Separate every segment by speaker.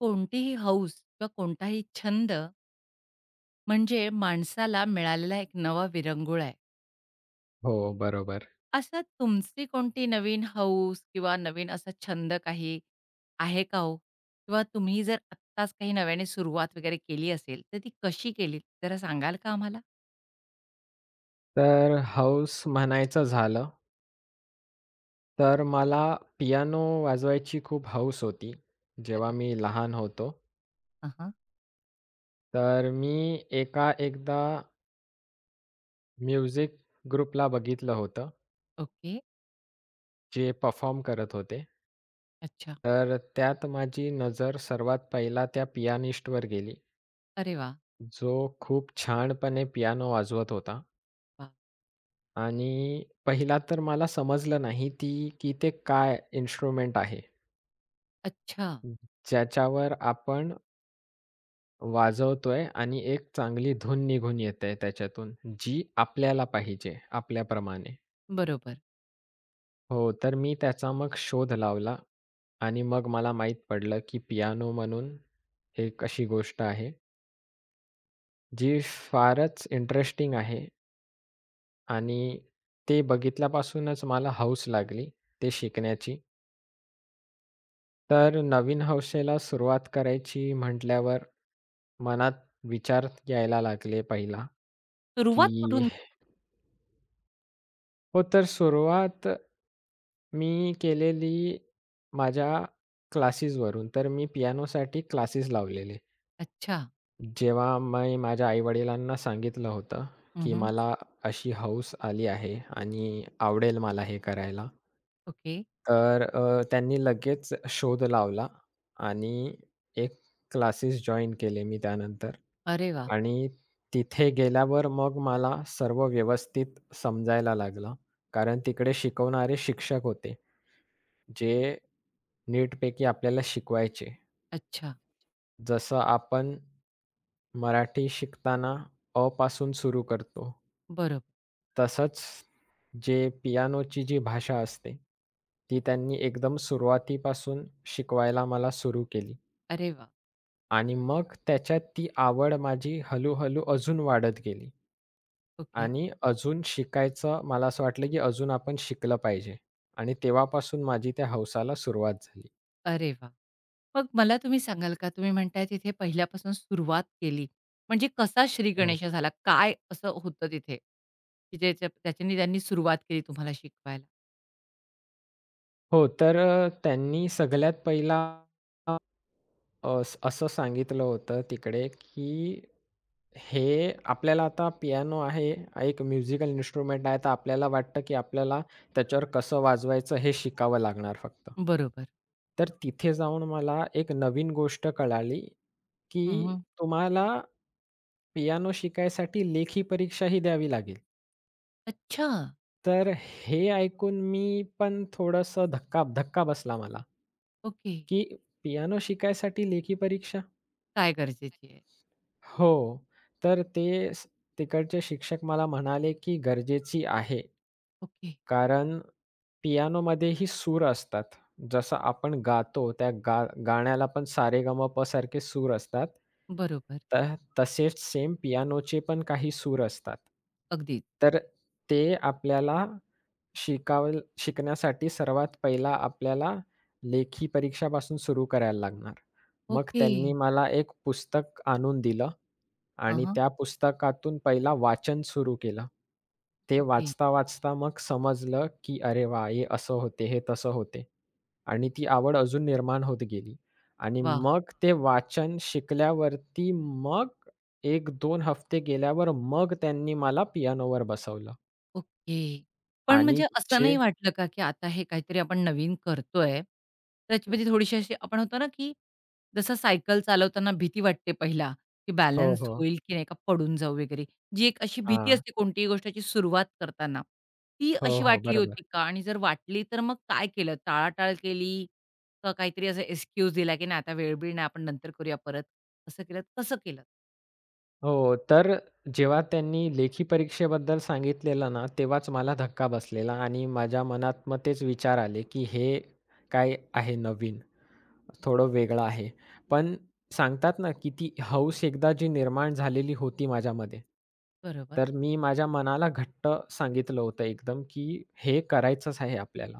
Speaker 1: कोणतीही हौस किंवा कोणताही छंद म्हणजे माणसाला मिळालेला एक नवा विरंगुळ आहे.
Speaker 2: हो, बरोबर.
Speaker 1: असं तुमची कोणती नवीन हौस किंवा नवीन असा छंद काही आहे का हो? किंवा तुम्ही जर आत्ताच काही नव्याने सुरुवात वगैरे केली असेल, तर ती कशी केलीत? जरा सांगाल का आम्हाला?
Speaker 2: तर हौस म्हणायचं झालं, तर मला पियानो वाजवायची खूप हौस होती, जेव्हा
Speaker 1: अरे
Speaker 2: मी लहान होतो.
Speaker 1: हां, हां.
Speaker 2: तर मी एकदा म्युझिक ग्रुपला बघितलं होतं,
Speaker 1: ओके.
Speaker 2: जे परफॉर्म करत होते.
Speaker 1: अच्छा.
Speaker 2: तर त्यात माझी नजर सर्वात पहिला त्या पियानिस्टवर गेली,
Speaker 1: अरे वाह!
Speaker 2: जो खूप छानपणे पियानो वाजवत होता
Speaker 1: वाह!
Speaker 2: आणि पहिला तर मला समजलं नाही ती की ते काय इन्स्ट्रुमेंट आहे,
Speaker 1: अच्छा.
Speaker 2: ज्याच्यावर आपण वाजवतोय आणि एक चांगली धून निघून येते त्याच्यातून, जी आपल्याला पाहिजे, आपल्याप्रमाणे.
Speaker 1: बरोबर.
Speaker 2: हो, तर मी त्याचा मग शोध लावला आणि मग मला माहीत पडलं, की पियानो म्हणून एक अशी गोष्ट आहे, जी फारच इंटरेस्टिंग आहे आणि ते बघितल्यापासूनच मला हौस लागली ते शिकण्याची. तर नवीन हौसेला सुरुवात करायची म्हटल्यावर मनात विचार यायला लागले पहिला,
Speaker 1: सुरुवात
Speaker 2: की
Speaker 1: कुठून?
Speaker 2: हो, तर सुरुवात मी केलेली माझ्या क्लासेसवरून. तर मी पियानोसाठी क्लासेस लावलेले.
Speaker 1: अच्छा.
Speaker 2: जेव्हा मी माझ्या आई-वडिलांना सांगितलं होतं, की
Speaker 1: हं,
Speaker 2: मला अशी हौस आली आहे आणि आवडेल मला हे करायला.
Speaker 1: ओके.
Speaker 2: तर त्यांनी लगेच शोध लावला आणि एक क्लासेस जॉइन केले मी त्यानंतर
Speaker 1: अरे वाह!
Speaker 2: आणि तिथे गेल्यावर मग मला सर्व व्यवस्थित समजायला लागलं. कारण तिकडे शिकवणारे शिक्षक होते, जे नीटपैकी आपल्याला शिकवायचे.
Speaker 1: अच्छा.
Speaker 2: जसं आपण मराठी शिकताना अ पासून सुरू करतो,
Speaker 1: बरोबर.
Speaker 2: तसंच जे पियानोची जी भाषा असते, ती त्यांनी एकदम सुरुवातीपासून शिकवायला मला सुरू केली.
Speaker 1: अरे वाह!
Speaker 2: आणि मग त्याच्यात ती आवड माझी हळू-हळू अजून वाढत गेली
Speaker 1: ओके.
Speaker 2: आणि अजून शिकायचं मला असं वाटलं, की अजून आपण शिकलं पाहिजे आणि तेव्हापासून माझी त्या हौसाला सुरुवात झाली.
Speaker 1: अरे वाह! मग मला तुम्ही सांगाल का, तुम्ही म्हणताय तिथे पहिल्यापासून सुरुवात केली. म्हणजे कसा श्री
Speaker 2: हो.
Speaker 1: गणेशा झाला? काय असं होतं तिथे, की ज्याच्या त्याच्यानी त्यांनी सुरुवात केली तुम्हाला शिकवायला?
Speaker 2: हो, तर त्यांनी सगळ्यात पहिला असं सांगितलं होतं तिकडे, की हे आपल्याला आता पियानो आहे, एक म्युझिकल इन्स्ट्रुमेंट आहे, तर आपल्याला वाटतं, की आपल्याला त्याच्यावर कसं वाजवायचं हे शिकावं लागणार फक्त.
Speaker 1: बरोबर.
Speaker 2: तर तिथे जाऊन मला एक नवीन गोष्ट कळाली, की
Speaker 1: हं,
Speaker 2: तुम्हाला पियानो शिकायसाठी लेखी परीक्षाही द्यावी लागेल.
Speaker 1: अच्छा.
Speaker 2: तर हे ऐकून मी पण थोडंसं धक्का धक्का बसला मला,
Speaker 1: ओके.
Speaker 2: की पियानो शिकायसाठी लेखी परीक्षा?
Speaker 1: काय गरजेची आहे?
Speaker 2: हो. तर ते स तिकडचे शिक्षक मला म्हणाले, की गरजेची आहे.
Speaker 1: ओके.
Speaker 2: कारण पियानोमध्येही सूर असतात. जसं आपण गातो त्या गाण्याला पण सारेगमप सारखे सूर असतात.
Speaker 1: बरोबर.
Speaker 2: तर तसेच सेम पियानोचे पण काही सूर असतात.
Speaker 1: अगदीच.
Speaker 2: तर ते आपल्याला शिकण्यासाठी सर्वात पहिला आपल्याला लेखी परीक्षापासून सुरू करायला लागणार. मग
Speaker 1: ओके.
Speaker 2: त्यांनी मला एक पुस्तक आणून दिलं आणि
Speaker 1: हां,
Speaker 2: त्या पुस्तकातून पहिला वाचन सुरू केलं. ते
Speaker 1: ओके.
Speaker 2: वाचता मग समजलं, की "अरे वाह! हे असं होते, हे तसं होते." आणि ती आवड अजून निर्माण होत गेली आणि
Speaker 1: वाह!
Speaker 2: मग ते वाचन शिकल्यावरती मग 1-2 हफ्ते गेल्यावर मग त्यांनी मला पियानोवर बसवलं
Speaker 1: ओके. पण
Speaker 2: आणि
Speaker 1: म्हणजे असं
Speaker 2: जे
Speaker 1: नाही वाटलं का, की आता हे काहीतरी आपण नवीन करतोय, त्याच्यामध्ये थोडीशी अशी आपण होतो ना, की जसं सायकल चालवताना भीती वाटते पहिला, की
Speaker 2: हो,
Speaker 1: बॅलन्स
Speaker 2: हो.
Speaker 1: होईल की नाही का, पडून जाऊ वगैरे. जी एक अशी भीती
Speaker 2: हां.
Speaker 1: असते कोणतीही गोष्टाची सुरुवात करताना, ती
Speaker 2: हो,
Speaker 1: अशी
Speaker 2: हो.
Speaker 1: वाटली
Speaker 2: बरोबर.
Speaker 1: होती का? आणि जर वाटली तर मग काय केलं? टाळाटाळ केली का काहीतरी असा एक्सक्यूज दिला, की नाही आता वेळ-बिळ नाही, आपण नंतर करूया परत. असं केलं, कसं केलं?
Speaker 2: हो, तर जेव्हा त्यांनी लेखी परीक्षेबद्दल सांगितलेलं ना, तेव्हाच मला धक्का बसलेला आणि माझ्या मनात मग तेच विचार आले, की हे काय आहे नवीन, थोडं वेगळं आहे. पण सांगतात ना, की ती हौस एकदा जी निर्माण झालेली होती माझ्यामध्ये,
Speaker 1: बरोबर.
Speaker 2: तर मी माझ्या मनाला घट्ट सांगितलं होतं एकदम, की हे करायचंच आहे आपल्याला.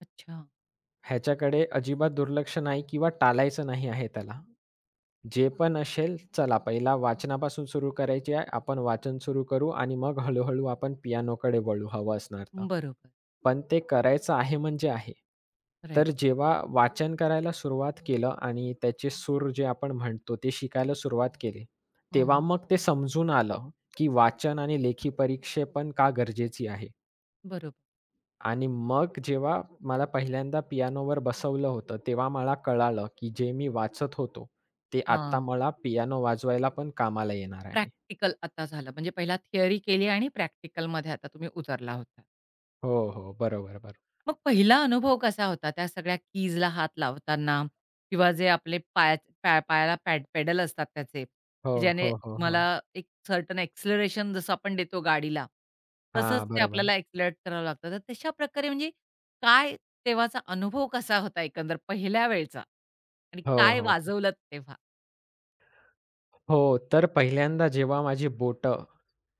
Speaker 1: अच्छा.
Speaker 2: ह्याच्याकडे अजिबात दुर्लक्ष नाही किंवा टाळायचं नाही आहे त्याला. जे पण असेल, चला पहिला वाचनापासून सुरू करायची आहे. आपण वाचन सुरू करू आणि मग हळू-हळू आपण पियानोकडे वळू हवं असणार तर.
Speaker 1: बरोबर.
Speaker 2: पण ते करायचं आहे म्हणजे आहे.
Speaker 1: राइट.
Speaker 2: तर जेव्हा वाचन करायला सुरुवात केलं आणि त्याचे सूर जे आपण म्हणतो ते शिकायला सुरुवात केली,
Speaker 1: हं,
Speaker 2: तेव्हा
Speaker 1: हं.
Speaker 2: मग ते समजून आलं, की वाचन आणि लेखी परीक्षा पण का गरजेची आहे.
Speaker 1: बरोबर.
Speaker 2: आणि मग जेव्हा मला पहिल्यांदा पियानोवर बसवलं होतं, तेव्हा मला कळालं, की जे मी वाचत होतो, ते आता
Speaker 1: हां.
Speaker 2: मला पियानो वाजवायला पण कामाला येणार आहे.
Speaker 1: प्रॅक्टिकल आता झालं. म्हणजे पहिला थिअरी केली आणि प्रॅक्टिकलमध्ये आता तुम्ही उतरला होता.
Speaker 2: हो, हो. बरोबर, बरोबर.
Speaker 1: मग पहिला अनुभव कसा होता त्या सगळ्या कीजला हात लावताना किंवा जे आपले पायाला पॅड पेडल असतात त्याचे,
Speaker 2: हो,
Speaker 1: की ज्याने
Speaker 2: हो, हो,
Speaker 1: तुम्हाला
Speaker 2: हो.
Speaker 1: एक सर्टन एक्सेलरेशन जसं आपण देतो गाडीला, तसंच
Speaker 2: हां,
Speaker 1: ते
Speaker 2: बरोबर.
Speaker 1: आपल्याला एक्सेलरेट करावं लागतं. तर तशा प्रकारे म्हणजे काय तेव्हाचा अनुभव कसा होता एकंदर पहिल्या वेळचा? आणि
Speaker 2: हो,
Speaker 1: काय
Speaker 2: हो.
Speaker 1: वाजवलत तेव्हा?
Speaker 2: हो, तर पहिल्यांदा जेव्हा माझी बोटं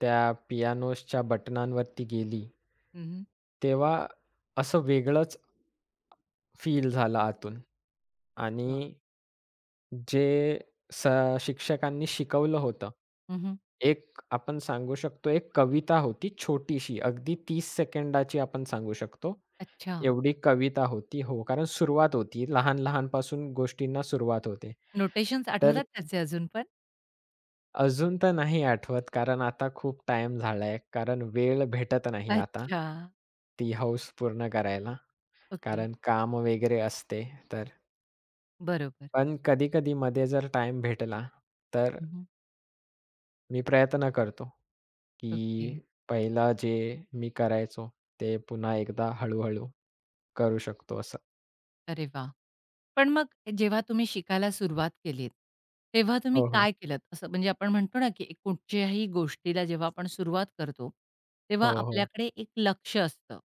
Speaker 2: त्या पियानोच्या बटनांवरती गेली
Speaker 1: हं, हं.
Speaker 2: तेव्हा असं वेगळंच फील झालं आतून
Speaker 1: वाह!
Speaker 2: आणि जे स शिक्षकांनी शिकवलं होतं. एक आपण सांगू शकतो एक कविता होती छोटीशी, अगदी 30 सेकंदाची आपण सांगू शकतो.
Speaker 1: अच्छा.
Speaker 2: एवढी कविता होती हो, कारण सुरुवात होती. लहान-लहानपासून गोष्टींना सुरुवात होते.
Speaker 1: नोटेशन्स
Speaker 2: तर
Speaker 1: आठवतात
Speaker 2: ती
Speaker 1: त्याचे अजून पण?
Speaker 2: अजून तर नाही आठवत कारण आता खूप टाईम झालाय. कारण वेळ भेटत नाही आता.
Speaker 1: अच्छा.
Speaker 2: ती हौस पूर्ण करायला.
Speaker 1: ओके.
Speaker 2: कारण काम वगैरे असते तर.
Speaker 1: बरोबर.
Speaker 2: पण कधी-कधी मध्ये जर टाईम भेटला तर
Speaker 1: हं,
Speaker 2: मी प्रयत्न करतो, की
Speaker 1: ओके.
Speaker 2: पहिला जे मी करायचो ते पुन्हा एकदा हळू-हळू करू शकतो असं.
Speaker 1: अरे वाह! पण मग जेव्हा तुम्ही शिकायला सुरुवात केलीत, तेव्हा तुम्ही
Speaker 2: हो, हो.
Speaker 1: काय केलंत? असं म्हणजे आपण म्हणतो ना, की एक कुठच्याही गोष्टीला जेव्हा आपण सुरुवात करतो,
Speaker 2: हो,
Speaker 1: तेव्हा
Speaker 2: हो.
Speaker 1: आपल्याकडे एक लक्ष असतं,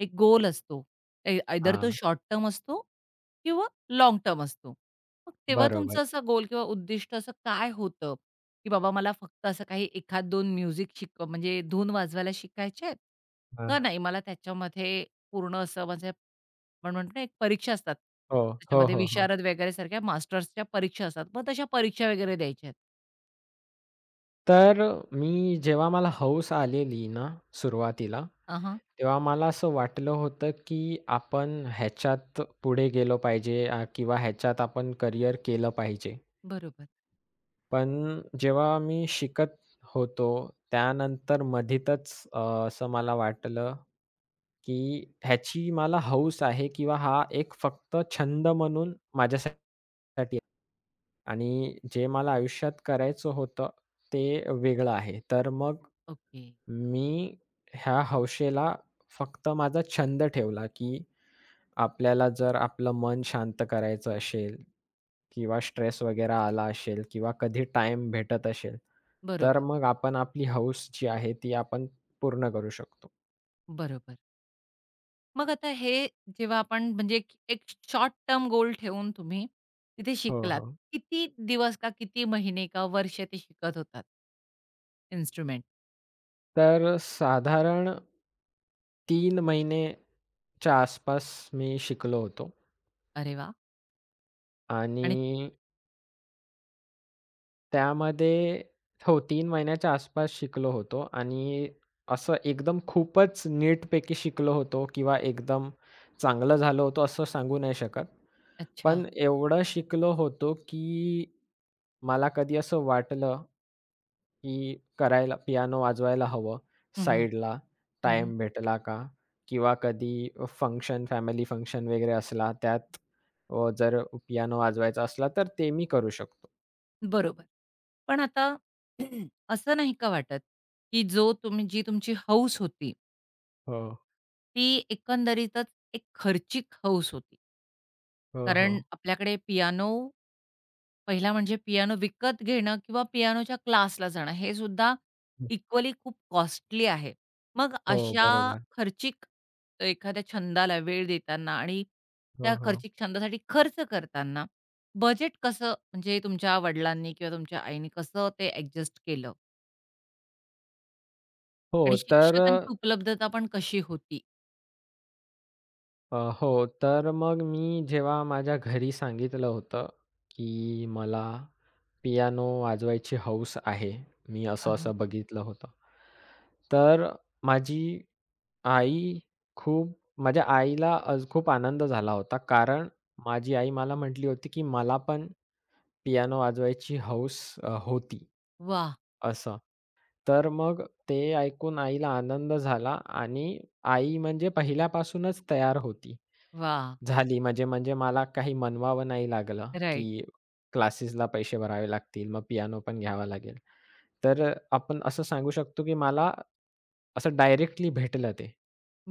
Speaker 1: एक गोल असतो. ए आयदर तो
Speaker 2: हां,
Speaker 1: शॉर्ट टर्म असतो किंवा लाँग टर्म असतो. मग तेव्हा
Speaker 2: बरोबर.
Speaker 1: तुमचं असं गोल किंवा उद्दिष्ट असं काय होतं, की बाबा मला फक्त असं काही 1-2 म्युझिक म्हणजे धून वाजवायला शिकायचे आहेत,
Speaker 2: हां,
Speaker 1: का
Speaker 2: हां.
Speaker 1: नाही मला त्याच्यामध्ये पूर्ण असं म्हणजे आपण म्हणतो ना, एक परीक्षा असतात.
Speaker 2: हो. हो,
Speaker 1: त्याच्यामध्ये
Speaker 2: हो, हो.
Speaker 1: विशारद वगैरे सारख्या मास्टर्सच्या परीक्षा असतात. मग तशा परीक्षा वगैरे द्यायच्या आहेत.
Speaker 2: तर मी जेव्हा मला हौस आलेली ना सुरुवातीला,
Speaker 1: आ हां.
Speaker 2: तेव्हा मला असं वाटलं होतं, की आपण ह्याच्यात पुढे गेलो पाहिजे किंवा ह्याच्यात आपण करियर केलं पाहिजे.
Speaker 1: बरोबर.
Speaker 2: पण जेव्हा मी शिकत होतो त्यानंतर मधीतच असं मला वाटलं की ह्याची मला हौस आहे किंवा हा एक फक्त छंद म्हणून माझ्यासाठी आहे आणि जे मला आयुष्यात करायचं होतं ते वेगळं आहे. तर मग
Speaker 1: ओके.
Speaker 2: मी ह्या हौशेला फक्त माझा छंद ठेवला, की आपल्याला जर आपलं मन शांत करायचं असेल किंवा स्ट्रेस वगैरे आला असेल किंवा कधी टाईम भेटत असेल, तर
Speaker 1: बरोबर,
Speaker 2: मग आपण आपली हौस जी आहे ती आपण पूर्ण करू शकतो.
Speaker 1: बरोबर. मग आता हे जेव्हा आपण म्हणजे एक एक शॉर्ट टर्म गोल ठेवून तुम्ही तिथे
Speaker 2: हो,
Speaker 1: शिकलात.
Speaker 2: हो.
Speaker 1: किती दिवस का किती महिने का वर्ष ते शिकत होतात? इन्स्ट्रुमेंट.
Speaker 2: तर साधारण 3 महिनेच्या आसपास मी शिकलो होतो
Speaker 1: अरे वाह!
Speaker 2: आणि
Speaker 1: आणि
Speaker 2: त्यामध्ये हो 3 महिन्याच्या आसपास शिकलो होतो आणि असं एकदम खूपच नीटपैकी शिकलो होतो किंवा एकदम चांगलं झालं होतं असं सांगू नाही शकत.
Speaker 1: अच्छा.
Speaker 2: पण एवढं शिकलो होतो, की मला कधी असं वाटलं, की करायला पियानो वाजवायला हवं
Speaker 1: हं, हं.
Speaker 2: साइडला टाईम भेटला का? किंवा कधी फंक्शन, फॅमिली फंक्शन वगैरे असला त्यात जर पियानो वाजवायचा असला, तर ते मी करू शकतो.
Speaker 1: बरोबर. पण आता असं नाही का वाटत, की जो तुम्ही जी तुमची हौस होती
Speaker 2: हो,
Speaker 1: ती एकंदरीतच एक खर्चिक हौस होती.
Speaker 2: हो, हो.
Speaker 1: कारण आपल्याकडे पियानो पहिला म्हणजे पियानो विकत घेणं किंवा पियानोच्या क्लासला जाणं हे सुद्धा इक्वली खूप कॉस्टली आहे. मग
Speaker 2: हो,
Speaker 1: अशा
Speaker 2: बरोबर.
Speaker 1: खर्चिक एखाद्या छंदाला वेळ देताना आणि
Speaker 2: हो,
Speaker 1: त्या
Speaker 2: हो.
Speaker 1: खर्चिक छंदासाठी खर्च करताना बजेट कसं म्हणजे तुमच्या वडिलांनी किंवा तुमच्या आईने कसं ते ॲडजस्ट केलं?
Speaker 2: हो,
Speaker 1: आणि
Speaker 2: तर
Speaker 1: शिक्षकांची उपलब्धता पण कशी होती?
Speaker 2: अ, हो, तर मग मी जेव्हा माझ्या घरी सांगितलं होतं, की मला पियानो वाजवायची हौस आहे. मी
Speaker 1: हां, हां.
Speaker 2: असं-असं बघितलं होतं. तर माझी आई खूप माझ्या आईला आज खूप आनंद झाला होता. कारण माझी आई मला म्हटली होती, की "मला पण पियानो वाजवायची हौस होती."
Speaker 1: वाह!
Speaker 2: असं. तर मग ते ऐकून आईला आनंद झाला आणि आई म्हणजे पहिल्यापासूनच तयार होती.
Speaker 1: वाह!
Speaker 2: झाली म्हणजे म्हणजे मला काही मनवावं नाही लागलं, की क्लासेसला पैसे भरावे लागतील, मग पियानो पण घ्यावा लागेल. तर आपण असं सांगू शकतो, की मला असं डायरेक्टली भेटलं ते.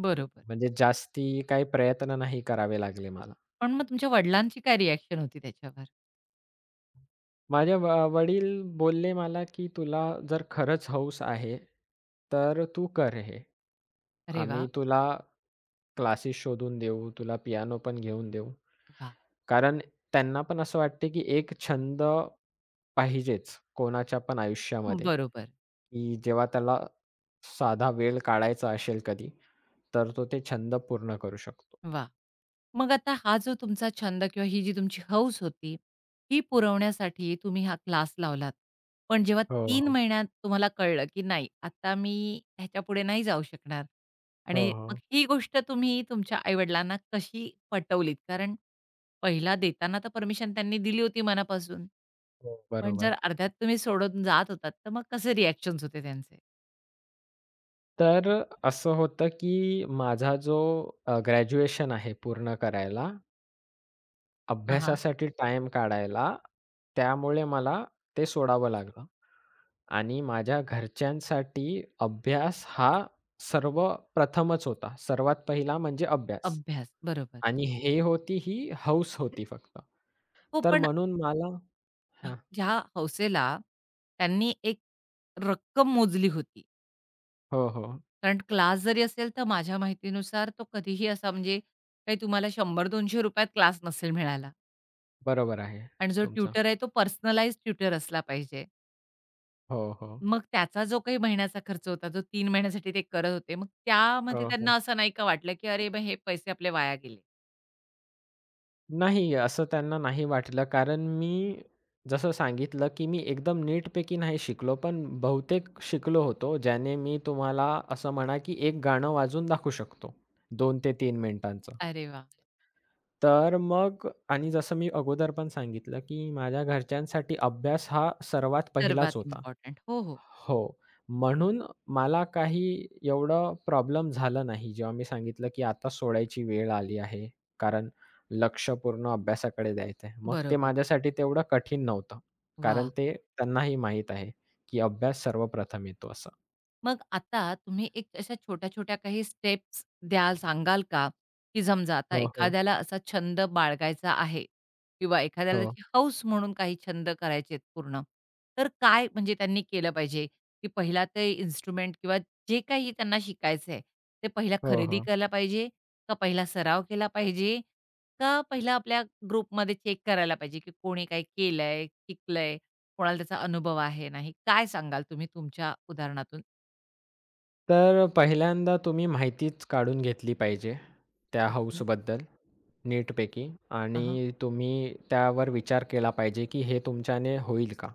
Speaker 1: बरोबर.
Speaker 2: म्हणजे जास्ती काही प्रयत्न नाही करावे लागले मला.
Speaker 1: पण मग तुमच्या वडिलांची काय रिएक्शन होती त्याच्यावर?
Speaker 2: माझे वडील बोलले मला, की "तुला जर खरंच हौस आहे, तर तू कर हे.
Speaker 1: अरे
Speaker 2: आम्ही
Speaker 1: वा,
Speaker 2: तुला क्लासेस शोधून देऊ, तुला पियानो पण घेऊन देऊ."
Speaker 1: वा,
Speaker 2: कारण त्यांना पण असं वाटते, की एक छंद पाहिजेच कोणाच्या पण आयुष्यामध्ये,
Speaker 1: बरोबर.
Speaker 2: की जेव्हा त्याला साधा वेळ काढायचा असेल कधी, तर तो ते छंद पूर्ण करू शकतो.
Speaker 1: वाह! मग आता हा जो तुमचा छंद किंवा ही जी तुमची हौस होती, ही पुरवण्यासाठी तुम्ही हा क्लास लावलात. पण जेव्हा
Speaker 2: हो,
Speaker 1: तीन
Speaker 2: हो.
Speaker 1: महिन्यात तुम्हाला कळलं, की नाही आता मी ह्याच्यापुढे नाही जाऊ शकणार
Speaker 2: हो,
Speaker 1: आणि मग
Speaker 2: हो.
Speaker 1: ही गोष्ट तुम्ही तुमच्या आई कशी पटवलीत? कारण पहिला देताना तर परमिशन त्यांनी दिली होती मनापासून.
Speaker 2: हो,
Speaker 1: पण जर
Speaker 2: बरोबर.
Speaker 1: अर्ध्यात तुम्ही सोडून जात होतात, तर मग कसे रिएक्शन्स होते त्यांचे?
Speaker 2: तर असं होतं, की माझा जो ग्रॅज्युएशन आहे पूर्ण करायला, अभ्यासासाठी टाईम काढायला, त्यामुळे मला ते सोडावं लागलं आणि माझ्या घरच्यांसाठी अभ्यास हा सर्वप्रथमच होता. सर्वात पहिला म्हणजे अभ्यास
Speaker 1: अभ्यास, बरोबर.
Speaker 2: आणि हे होती ही हौस होती फक्त.
Speaker 1: हो,
Speaker 2: तर
Speaker 1: पण
Speaker 2: म्हणून मला
Speaker 1: ह
Speaker 2: हां.
Speaker 1: ह्या हौसेला त्यांनी एक रक्कम मोजली होती.
Speaker 2: हो, हो.
Speaker 1: कारण क्लास जरी असेल, तर माझ्या माहितीनुसार तो कधीही असा म्हणजे काही तुम्हाला ₹100-200 त क्लास नसेल मिळाला
Speaker 2: बरोबर आहे
Speaker 1: आणि जो
Speaker 2: तुमचं.
Speaker 1: ट्युटर आहे, तो पर्सनलाइज्ड ट्युटर असला पाहिजे.
Speaker 2: हो, हो.
Speaker 1: मग त्याचा जो काही महिन्याचा खर्च होता, जो 3 महिन्यासाठी ते करत होते, मग त्यामध्ये
Speaker 2: हो, हो.
Speaker 1: त्यांना असं नाही का वाटलं, की "अरे, मग हे पैसे आपले वाया गेले?"
Speaker 2: नाही, असं त्यांना नाही वाटलं कारण मी जसं सांगितलं, की मी एकदम नीटपैकी नाही शिकलो, पण बहुतेक शिकलो होतो. ज्याने मी तुम्हाला असं म्हणा, की एक गाणं वाजवून दाखवू शकतो 2 ते 3 मिनिटांचं.
Speaker 1: अरे वाह!
Speaker 2: तर मग आणि जसं मी अगोदर पण सांगितलं, की माझ्या घरच्यांसाठी अभ्यास हा सर्वात पहिलाच
Speaker 1: सर्वात
Speaker 2: होता.
Speaker 1: इम्पोर्टंट. हो, हो.
Speaker 2: हो. म्हणून मला काही एवढं प्रॉब्लेम झाला नाही. जेव्हा मी सांगितलं, की आता सोडायची वेळ आली आहे. कारण लक्ष पूर्ण अभ्यासाकडे द्यायचं आहे. मग ते
Speaker 1: बरोबर.
Speaker 2: माझ्यासाठी तेवढं कठीण नव्हतं. कारण
Speaker 1: वाह!
Speaker 2: ते त्यांनाही माहीत आहे, की अभ्यास सर्वप्रथम येतो असं.
Speaker 1: मग आता तुम्ही एक अशा छोट्या-छोट्या काही स्टेप्स द्याल, सांगाल का? की समजा आता
Speaker 2: हो, हो.
Speaker 1: एखाद्याला असा छंद बाळगायचा आहे किंवा एखाद्याला
Speaker 2: हो.
Speaker 1: त्याची हौस म्हणून काही छंद करायचे आहेत पूर्ण. तर काय म्हणजे त्यांनी केलं पाहिजे? की पहिला ते इन्स्ट्रुमेंट किंवा जे काही त्यांना शिकायचं आहे, ते पहिला
Speaker 2: हो,
Speaker 1: खरेदी
Speaker 2: हो.
Speaker 1: केला पाहिजे? का पहिला सराव केला पाहिजे? का पहिला आपल्या ग्रुपमध्ये चेक करायला पाहिजे, की कोणी काय केलंय, शिकलंय, कोणाला त्याचा अनुभव आहे, नाही? काय सांगाल तुम्ही तुमच्या उदाहरणातून?
Speaker 2: तर पहिल्यांदा तुम्ही माहितीच काढून घेतली पाहिजे त्या
Speaker 1: ओके.
Speaker 2: हौसबद्दल नीटपैकी
Speaker 1: हां, हां.
Speaker 2: आणि तुम्ही त्यावर विचार केला पाहिजे, की हे तुमच्याने होईल का?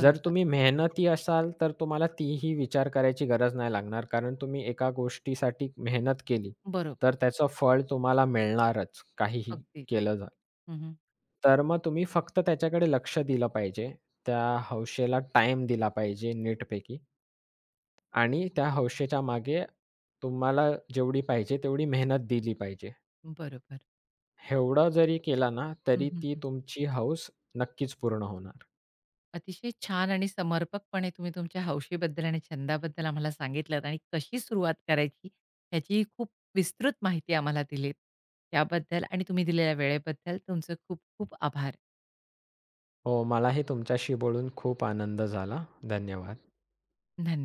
Speaker 2: जर तुम्ही मेहनती असाल, तर तुम्हाला तीही विचार करायची गरज नाही लागणार. कारण तुम्ही एका गोष्टीसाठी मेहनत केली, तर
Speaker 1: बरोबर.
Speaker 2: त्याचं फळ तुम्हाला मिळणारच, काहीही
Speaker 1: अगदी.
Speaker 2: केलं जा
Speaker 1: हं, हं.
Speaker 2: तर मग तुम्ही फक्त त्याच्याकडे लक्ष दिलं पाहिजे. त्या हौशेला टाईम दिला पाहिजे नीटपैकी आणि त्या हौशेच्या मागे तुम्हाला जेवढी पाहिजे तेवढी मेहनत दिली पाहिजे.
Speaker 1: बरोबर.
Speaker 2: एवढं जरी केला ना,
Speaker 1: हं,
Speaker 2: तरी
Speaker 1: हं,
Speaker 2: ती
Speaker 1: हं.
Speaker 2: तुमची हौस नक्कीच पूर्ण होणार.
Speaker 1: अतिशय छान आणि समर्पकपणे तुम्ही तुमच्या हौशीबद्दल आणि छंदाबद्दल आम्हाला सांगितलत आणि कशी सुरुवात करायची ह्याचीही खूप विस्तृत माहिती आम्हाला दिलीत. त्याबद्दल आणि तुम्ही दिलेल्या वेळेबद्दल तुमचे खूप खूप आभार.
Speaker 2: हो, मलाही तुमच्याशी बोलून खूप आनंद झाला. धन्यवाद.
Speaker 1: धन्यवाद.